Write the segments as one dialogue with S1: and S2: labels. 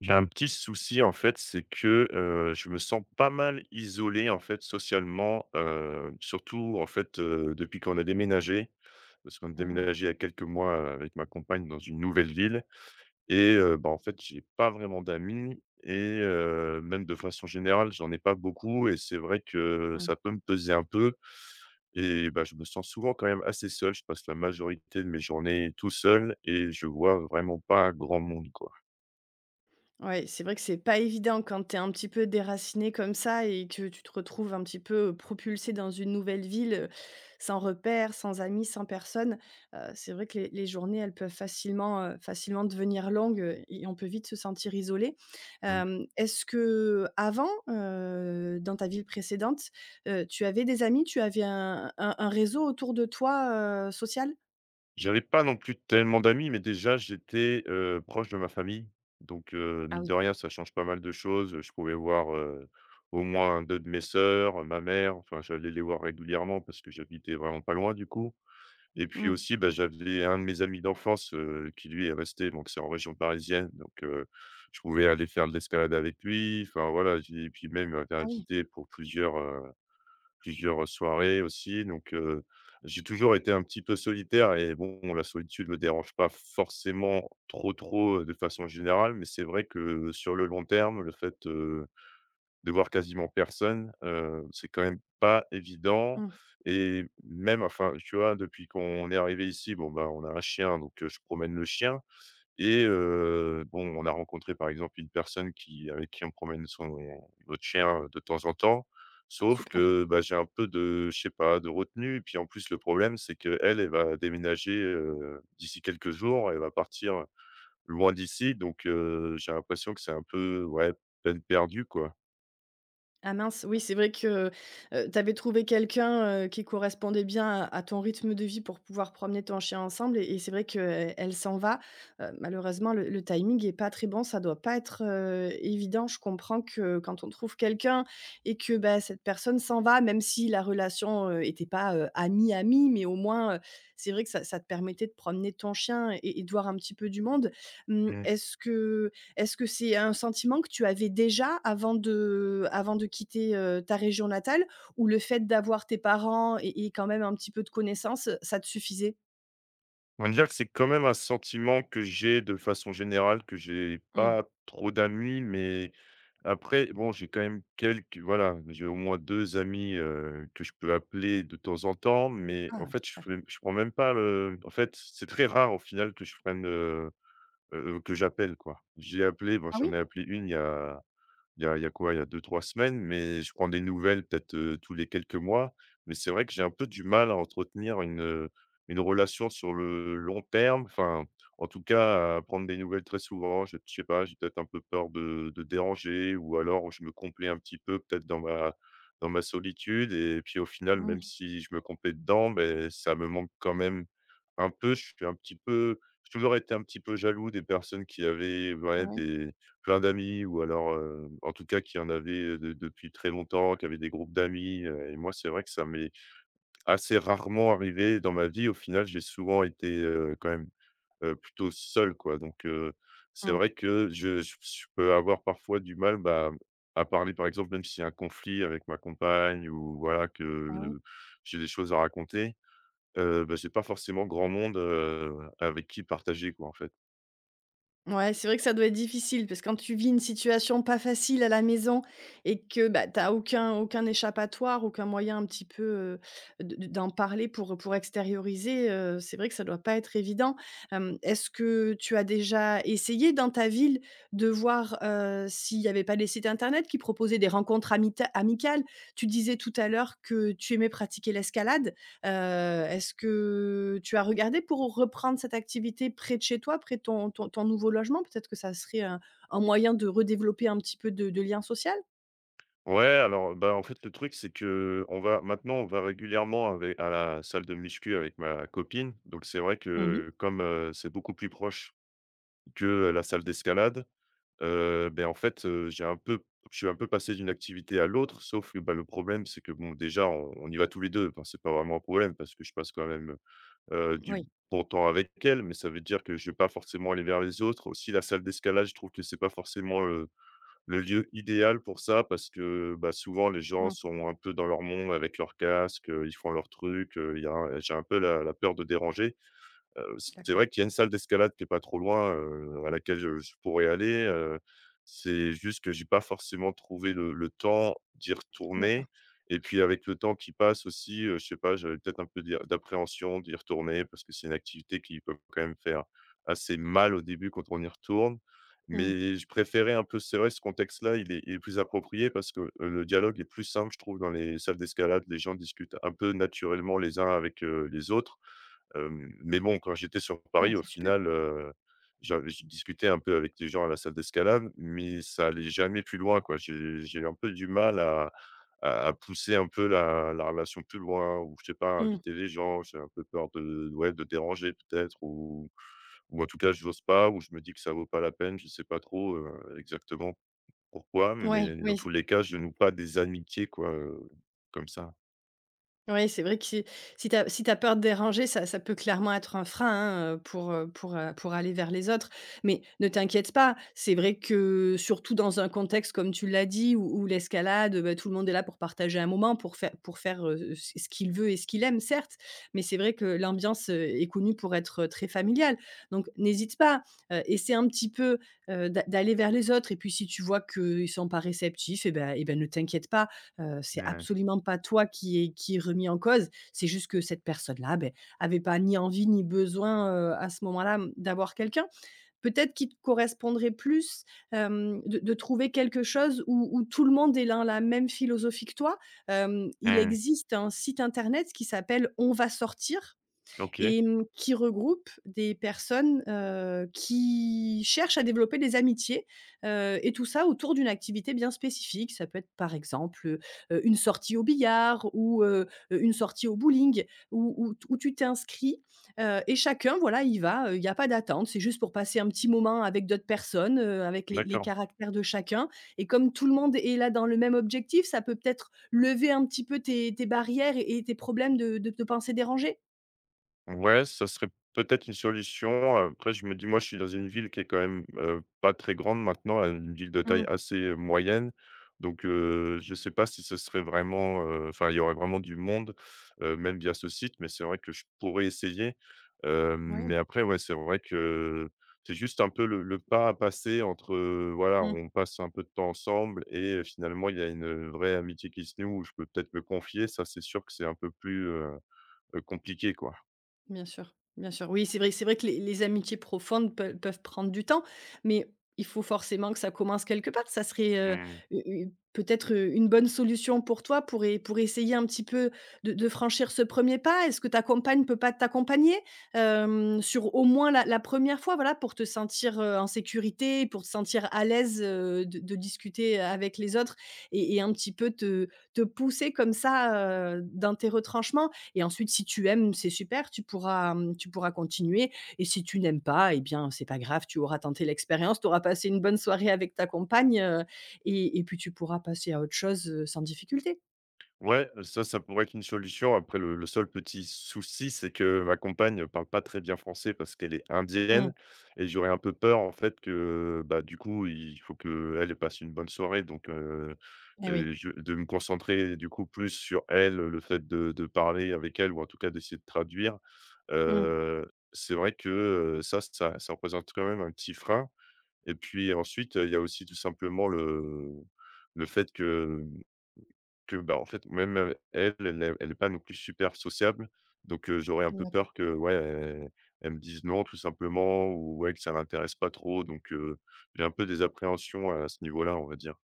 S1: J'ai un petit souci en fait, c'est que, je me sens pas mal isolé en fait socialement, surtout en fait, depuis qu'on a déménagé. Parce qu'on a
S2: Ah.
S1: déménagé il y a quelques mois, avec ma compagne dans une nouvelle ville et en fait, j'ai pas vraiment d'amis et même de façon générale, j'en ai pas beaucoup et c'est vrai que
S2: Mmh.
S1: ça peut me peser un peu et bah, je me sens souvent quand même assez seul. Je passe la majorité de mes journées tout seul et je vois vraiment pas grand monde, quoi.
S2: Ouais, c'est vrai que c'est pas évident quand tu es un petit peu déraciné comme ça et que tu te retrouves un petit peu propulsé dans une nouvelle ville, sans repères, sans amis, sans personne. C'est vrai que les journées, elles peuvent facilement, facilement devenir longues, et on peut vite se sentir isolé. Est-ce qu'avant, dans ta ville précédente, tu avais des amis? Tu avais un réseau autour de toi, social?
S1: J'avais pas non plus tellement d'amis, mais déjà j'étais, proche de ma famille. Donc,
S2: Ah
S1: mine
S2: oui.
S1: de rien, ça change pas mal de choses. Je pouvais voir, au moins 2 de mes sœurs, ma mère, enfin j'allais les voir régulièrement parce que j'habitais vraiment pas loin du coup. Et puis
S2: Mmh.
S1: aussi, bah, j'avais un de mes amis d'enfance, qui lui est resté donc c'est en région parisienne, donc, je pouvais aller faire de l'escalade avec lui. Enfin voilà, j'ai et puis même il m'avait
S2: Ah oui.
S1: invité pour plusieurs soirées aussi, donc j'ai toujours été un petit peu solitaire et bon, la solitude me dérange pas forcément trop, de façon générale, mais c'est vrai que sur le long terme, le fait, de voir quasiment personne, c'est quand même pas évident
S2: Mmh.
S1: et même enfin, tu vois, depuis qu'on est arrivé ici, bon, bah, on a un chien, donc je promène le chien et bon, on a rencontré, par exemple, une personne qui avec qui on promène son notre chien, de temps en temps. Sauf
S2: Super.
S1: que, bah, j'ai un peu de je sais pas, de retenue et puis, en plus, le problème, c'est qu'elle, elle va déménager, d'ici quelques jours. Elle va partir loin d'ici donc j'ai l'impression que c'est un peu, ouais, peine perdue, quoi.
S2: Ah mince, oui, c'est vrai que, tu avais trouvé quelqu'un, qui correspondait bien à ton rythme de vie pour pouvoir promener ton chien ensemble et c'est vrai qu'elle s'en va. Malheureusement, le timing est pas très bon, ça doit pas être, évident. Je comprends que quand on trouve quelqu'un et que, bah, cette personne s'en va, même si la relation, était pas, amie-amie, mais au moins, c'est vrai que ça te permettait de promener ton chien et de voir un petit peu du monde. Mmh,
S1: Mmh.
S2: est-ce que c'est un sentiment que tu avais déjà avant de quitter, ta région natale ou le fait d'avoir tes parents et quand même un petit peu de connaissances, ça te suffisait?
S1: On va dire que c'est quand même un sentiment que j'ai de façon générale, que j'ai
S2: Mmh.
S1: pas trop d'amis, mais après, bon, j'ai quand même quelques voilà, j'ai au moins 2 amis, que je peux appeler de temps en temps, mais en
S2: Ah
S1: fait,
S2: super.
S1: je prends même pas le en fait, c'est très rare au final que je prenne, que j'appelle, quoi. J'ai appelé bon,
S2: Ah
S1: j'en
S2: oui?
S1: ai appelé une il y a quoi? Il y a deux trois semaines, mais je prends des nouvelles peut-être, tous les quelques mois. Mais c'est vrai que j'ai un peu du mal à entretenir une relation sur le long terme. Enfin, en tout cas, à prendre des nouvelles très souvent. Je sais pas, j'ai peut-être un peu peur de déranger ou alors je me complais un petit peu peut-être dans ma solitude et puis au final, même
S2: Mmh,
S1: si je me complais dedans, beh, ça me manque quand même un peu. Je suis un petit peu j'ai toujours été un petit peu jaloux des personnes qui avaient, ouais,
S2: oui.
S1: des plein d'amis ou alors, en tout cas qui en avaient, de depuis très longtemps, qui avaient des groupes d'amis, et moi c'est vrai que ça m'est assez rarement arrivé dans ma vie. Au final, j'ai souvent été, quand même, plutôt seul quoi donc c'est
S2: Mmh.
S1: vrai que je peux avoir parfois du mal, bah, à parler par exemple, même s'il y a un conflit avec ma compagne ou voilà
S2: Ah oui.
S1: que j'ai des choses à raconter, j'ai pas forcément grand monde, avec qui partager quoi en fait.
S2: Ouais, c'est vrai que ça doit être difficile parce que quand tu vis une situation pas facile à la maison et que, bah, tu as aucun échappatoire, aucun moyen un petit peu, de d'en parler pour extérioriser, c'est vrai que ça doit pas être évident. Est-ce que tu as déjà essayé dans ta ville de voir, s'il y avait pas des sites internet qui proposaient des rencontres amita amicales? Tu disais tout à l'heure que tu aimais pratiquer l'escalade. Heu, est-ce que tu as regardé pour reprendre cette activité près de chez toi, près de ton nouveau logement? Peut-être que ça serait un moyen de redévelopper un petit peu de lien social?
S1: Ouais, alors, bah, en fait, le truc, c'est que on va maintenant, on va régulièrement avec à la salle de muscu avec ma copine. Donc, c'est vrai
S2: Mmh.
S1: que comme, c'est beaucoup plus proche que la salle d'escalade, en fait, j'ai un peu je suis un peu passé d'une activité à l'autre. Sauf que, bah, le problème, c'est que, bon, déjà, on y va tous les deux. Enfin, c'est pas vraiment un problème parce que je passe quand même, du
S2: Oui.
S1: bon temps avec elle, mais ça veut dire que je vais pas forcément aller vers les autres. Aussi, la salle d'escalade, je trouve que c'est pas forcément le lieu idéal pour ça parce que, bah, souvent les gens
S2: Mmh.
S1: sont un peu dans leur monde avec leur casque, ils font leur truc, il y a un j'ai un peu la peur de déranger. Heu, c'est
S2: D'accord.
S1: vrai qu'il y a une salle d'escalade qui est pas trop loin, à laquelle je pourrais aller, c'est juste que j'ai pas forcément trouvé le temps d'y
S2: D'accord.
S1: retourner et puis avec le temps qui passe aussi, je sais pas, j'avais peut-être un peu d'appréhension d'y retourner parce que c'est une activité qui peut quand même faire assez mal au début quand on y retourne.
S2: Mmh.
S1: Mais je préférais un peu c'est vrai ce contexte-là, il est plus approprié parce que, le dialogue est plus simple, je trouve, dans les salles d'escalade. Les gens discutent un peu naturellement les uns avec, les autres. Hem, mais bon, quand j'étais sur
S2: Ah,
S1: Paris, au
S2: c'est super.
S1: final, j'avais je discutais un peu avec des gens à la salle d'escalade, mais ça allait jamais plus loin, quoi. J'ai un peu du mal à à pousser un peu la relation plus loin ou je sais pas,
S2: Mmh.
S1: inviter les gens. J'ai un peu peur de ouais, de déranger peut-être ou en tout cas, je n'ose pas ou je me dis que ça vaut pas la peine, je sais pas trop, exactement. Pourquoi?
S2: Ouais,
S1: Mais dans tous
S2: oui.
S1: les cas, je noue pas des amitiés, quoi, comme ça.
S2: Oui, c'est vrai que si si tu as si t'as peur de déranger, ça peut clairement être un frein, hein, pour aller vers les autres. Mais ne t'inquiète pas, c'est vrai que surtout dans un contexte comme tu l'as dit où l'escalade, bah, tout le monde est là pour partager un moment, pour faire ce qu'il veut et ce qu'il aime certes, mais c'est vrai que l'ambiance, est connue pour être, très familiale. Donc n'hésite pas, essaie un petit peu, d'aller vers les autres et puis si tu vois qu'ils ne sont pas réceptifs et ben ne t'inquiète pas. C'est
S1: Mmh.
S2: absolument pas toi qui est remis en cause. C'est juste que cette personne-là, ben, avait pas ni envie ni besoin, à ce moment-là, d'avoir quelqu'un. Peut-être qu'il te correspondrait plus, de trouver quelque chose où tout le monde est dans la même philosophie que toi. Il
S1: Mmh.
S2: existe un site internet qui s'appelle On va sortir
S1: OK,
S2: et qui regroupe des personnes, qui cherchent à développer des amitiés, et tout ça autour d'une activité bien spécifique. Ça peut être par exemple, une sortie au billard ou, une sortie au bowling où tu t'inscris, et chacun voilà, y va, il n'y a pas d'attente. C'est juste pour passer un petit moment avec d'autres personnes, avec les
S1: d'accord.
S2: caractères de chacun et comme tout le monde est là dans le même objectif, ça peut peut-être lever un petit peu tes barrières et tes problèmes de pensées dérangées?
S1: Ouais, ça serait peut-être une solution. Après, je me dis, moi, je suis dans une ville qui est quand même pas très grande maintenant, une ville de
S2: Mmh.
S1: taille assez moyenne. Donc, je sais pas si ce serait vraiment, enfin, il y aurait vraiment du monde, même via ce site, mais c'est vrai que je pourrais essayer.
S2: Oui,
S1: Mais après, ouais, c'est vrai que c'est juste un peu le pas à passer entre, voilà,
S2: mmh,
S1: on passe un peu de temps ensemble et finalement, il y a une vraie amitié qui se noue où je peux peut-être me confier. Ça, c'est sûr que c'est un peu plus compliqué, quoi.
S2: bien sûr, bien sûr. Oui, c'est vrai que les amitiés profondes peuvent prendre du temps, mais il faut forcément que ça commence quelque part. Ça serait, u u peut-être, une bonne solution pour toi pour essayer un petit peu de franchir ce premier pas? Est-ce que ta compagne peut pas t'accompagner? Sur au moins la une fois, voilà, pour te sentir, en sécurité, pour te sentir à l'aise, de discuter avec les autres et un petit peu te pousser comme ça, dans tes retranchements? Et ensuite, si tu aimes, c'est super, tu pourras continuer et si tu n'aimes pas, eh bien, c'est pas grave, tu auras tenté l'expérience, tu auras passé une bonne soirée avec ta compagne, et puis tu pourras passer à autre chose, sans difficulté.
S1: Ouais, ça pourrait être une solution. Après, le seul petit souci, c'est que ma compagne parle pas très bien français parce qu'elle est
S2: Mmh.
S1: indienne et j'aurais un peu peur, en fait, que, bah, du coup, il faut que qu'elle passe une bonne soirée. Donc,
S2: Et oui.
S1: je de me concentrer, du coup, plus sur elle, le fait de parler avec elle ou en tout cas d'essayer de traduire.
S2: Mmh.
S1: C'est vrai que, ça représente quand même un petit frein et puis ensuite, il y a aussi tout simplement le fait que bah, en fait, même, elle, elle est pas non plus super sociable, donc j'aurais un peu peur que, ouais, elle me dise: «Non» tout simplement ou ouais, que ça l'intéresse pas trop, donc j'ai un peu des appréhensions à ce niveau-là, on va dire.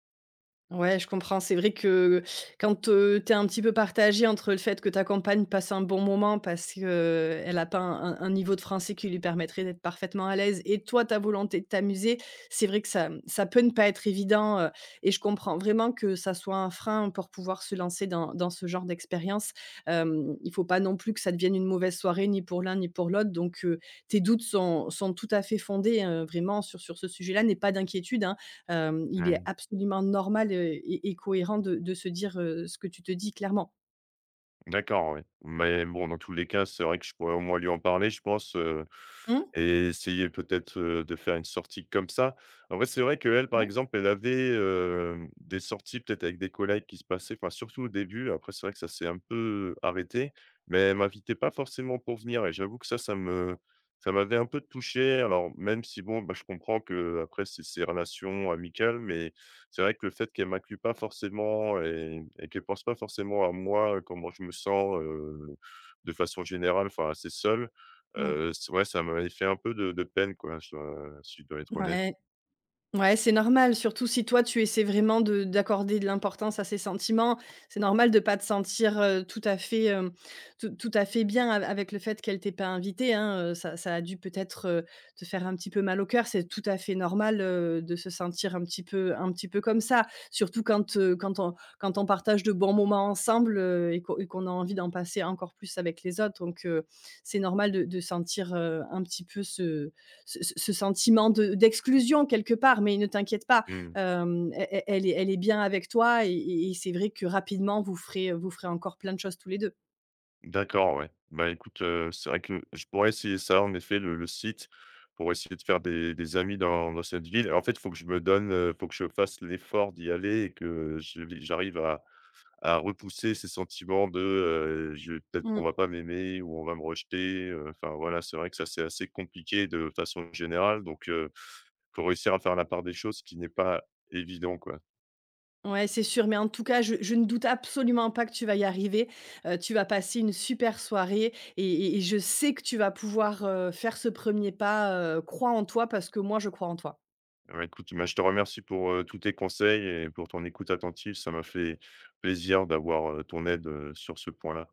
S2: Ouais, je comprends. C'est vrai que quand, tu es un petit peu partagé entre le fait que ta compagne passe un bon moment parce qu'elle a pas un niveau de français qui lui permettrait d'être parfaitement à l'aise et toi, ta volonté de t'amuser, c'est vrai que ça peut ne pas être évident, et je comprends vraiment que ça soit un frein pour pouvoir se lancer dans ce genre d'expérience. Il faut pas non plus que ça devienne une mauvaise soirée ni pour l'un ni pour l'autre donc tes doutes sont tout à fait fondés, vraiment sur ce sujet-là. N'aie pas d'inquiétude, hein. Il est absolument normal, et cohérent de se dire, ce que tu te dis clairement.
S1: D'accord, oui. Mais bon, dans tous les cas, c'est vrai que je pourrais au moins lui en parler, je pense,
S2: Mmh?
S1: et essayer peut-être, de faire une sortie comme ça. En vrai, c'est vrai qu'elle, par
S2: Mmh.
S1: exemple, elle avait, hem, des sorties peut-être avec des collègues qui se passaient, enfin, surtout au début. Après, c'est vrai que ça s'est un peu arrêté, mais elle m'invitait pas forcément pour venir et j'avoue que ça me ça m'avait un peu touché. Alors même si bon, bah, je comprends que après c'est ses relations amicales, mais c'est vrai que le fait qu'elle m'inclue pas forcément et qu'elle pense pas forcément à moi, comment je me sens, de façon générale, enfin, assez seul,
S2: Mmh.
S1: c ouais, ça m'avait fait un peu de peine, quoi, je dois si je dois être honnête.
S2: Ouais. Ouais, c'est normal, surtout si toi tu essaies vraiment de d'accorder de l'importance à ces sentiments. C'est normal de pas te sentir, tout à fait bien av avec le fait qu'elle t'ait pas invité. Hein, ça a dû peut-être, te faire un petit peu mal au cœur. C'est tout à fait normal, de se sentir un petit peu comme ça, surtout quand on partage de bons moments ensemble, et qu'on a envie d'en passer encore plus avec les autres. Donc, c'est normal de sentir, un petit peu ce sentiment d'exclusion quelque part, mais ne t'inquiète pas,
S1: Mmh.
S2: elle est bien avec toi et c'est vrai que rapidement, vous ferez encore plein de choses tous les deux.
S1: D'accord, ouais. Bah, écoute, c'est vrai que je pourrais essayer ça, en effet, le site, pour essayer de faire des amis dans cette ville. En fait, il faut que je me donne, faut que je fasse l'effort d'y aller et que je j'arrive à repousser ces sentiments de, je peut-être
S2: Mm.
S1: on va pas m'aimer ou on va me rejeter, enfin voilà, c'est vrai que ça, c'est assez compliqué de façon générale donc faut réussir à faire la part des choses, ce qui n'est pas évident, quoi.
S2: Ouais, c'est sûr, mais en tout cas, je ne doute absolument pas que tu vas y arriver. Tu vas passer une super soirée et je sais que tu vas pouvoir faire ce premier pas. Crois en toi parce que moi, je crois en toi.
S1: Ouais, écoute, bah, je te remercie pour, tous tes conseils et pour ton écoute attentive. Ça m'a fait plaisir d'avoir, ton aide, sur ce point-là.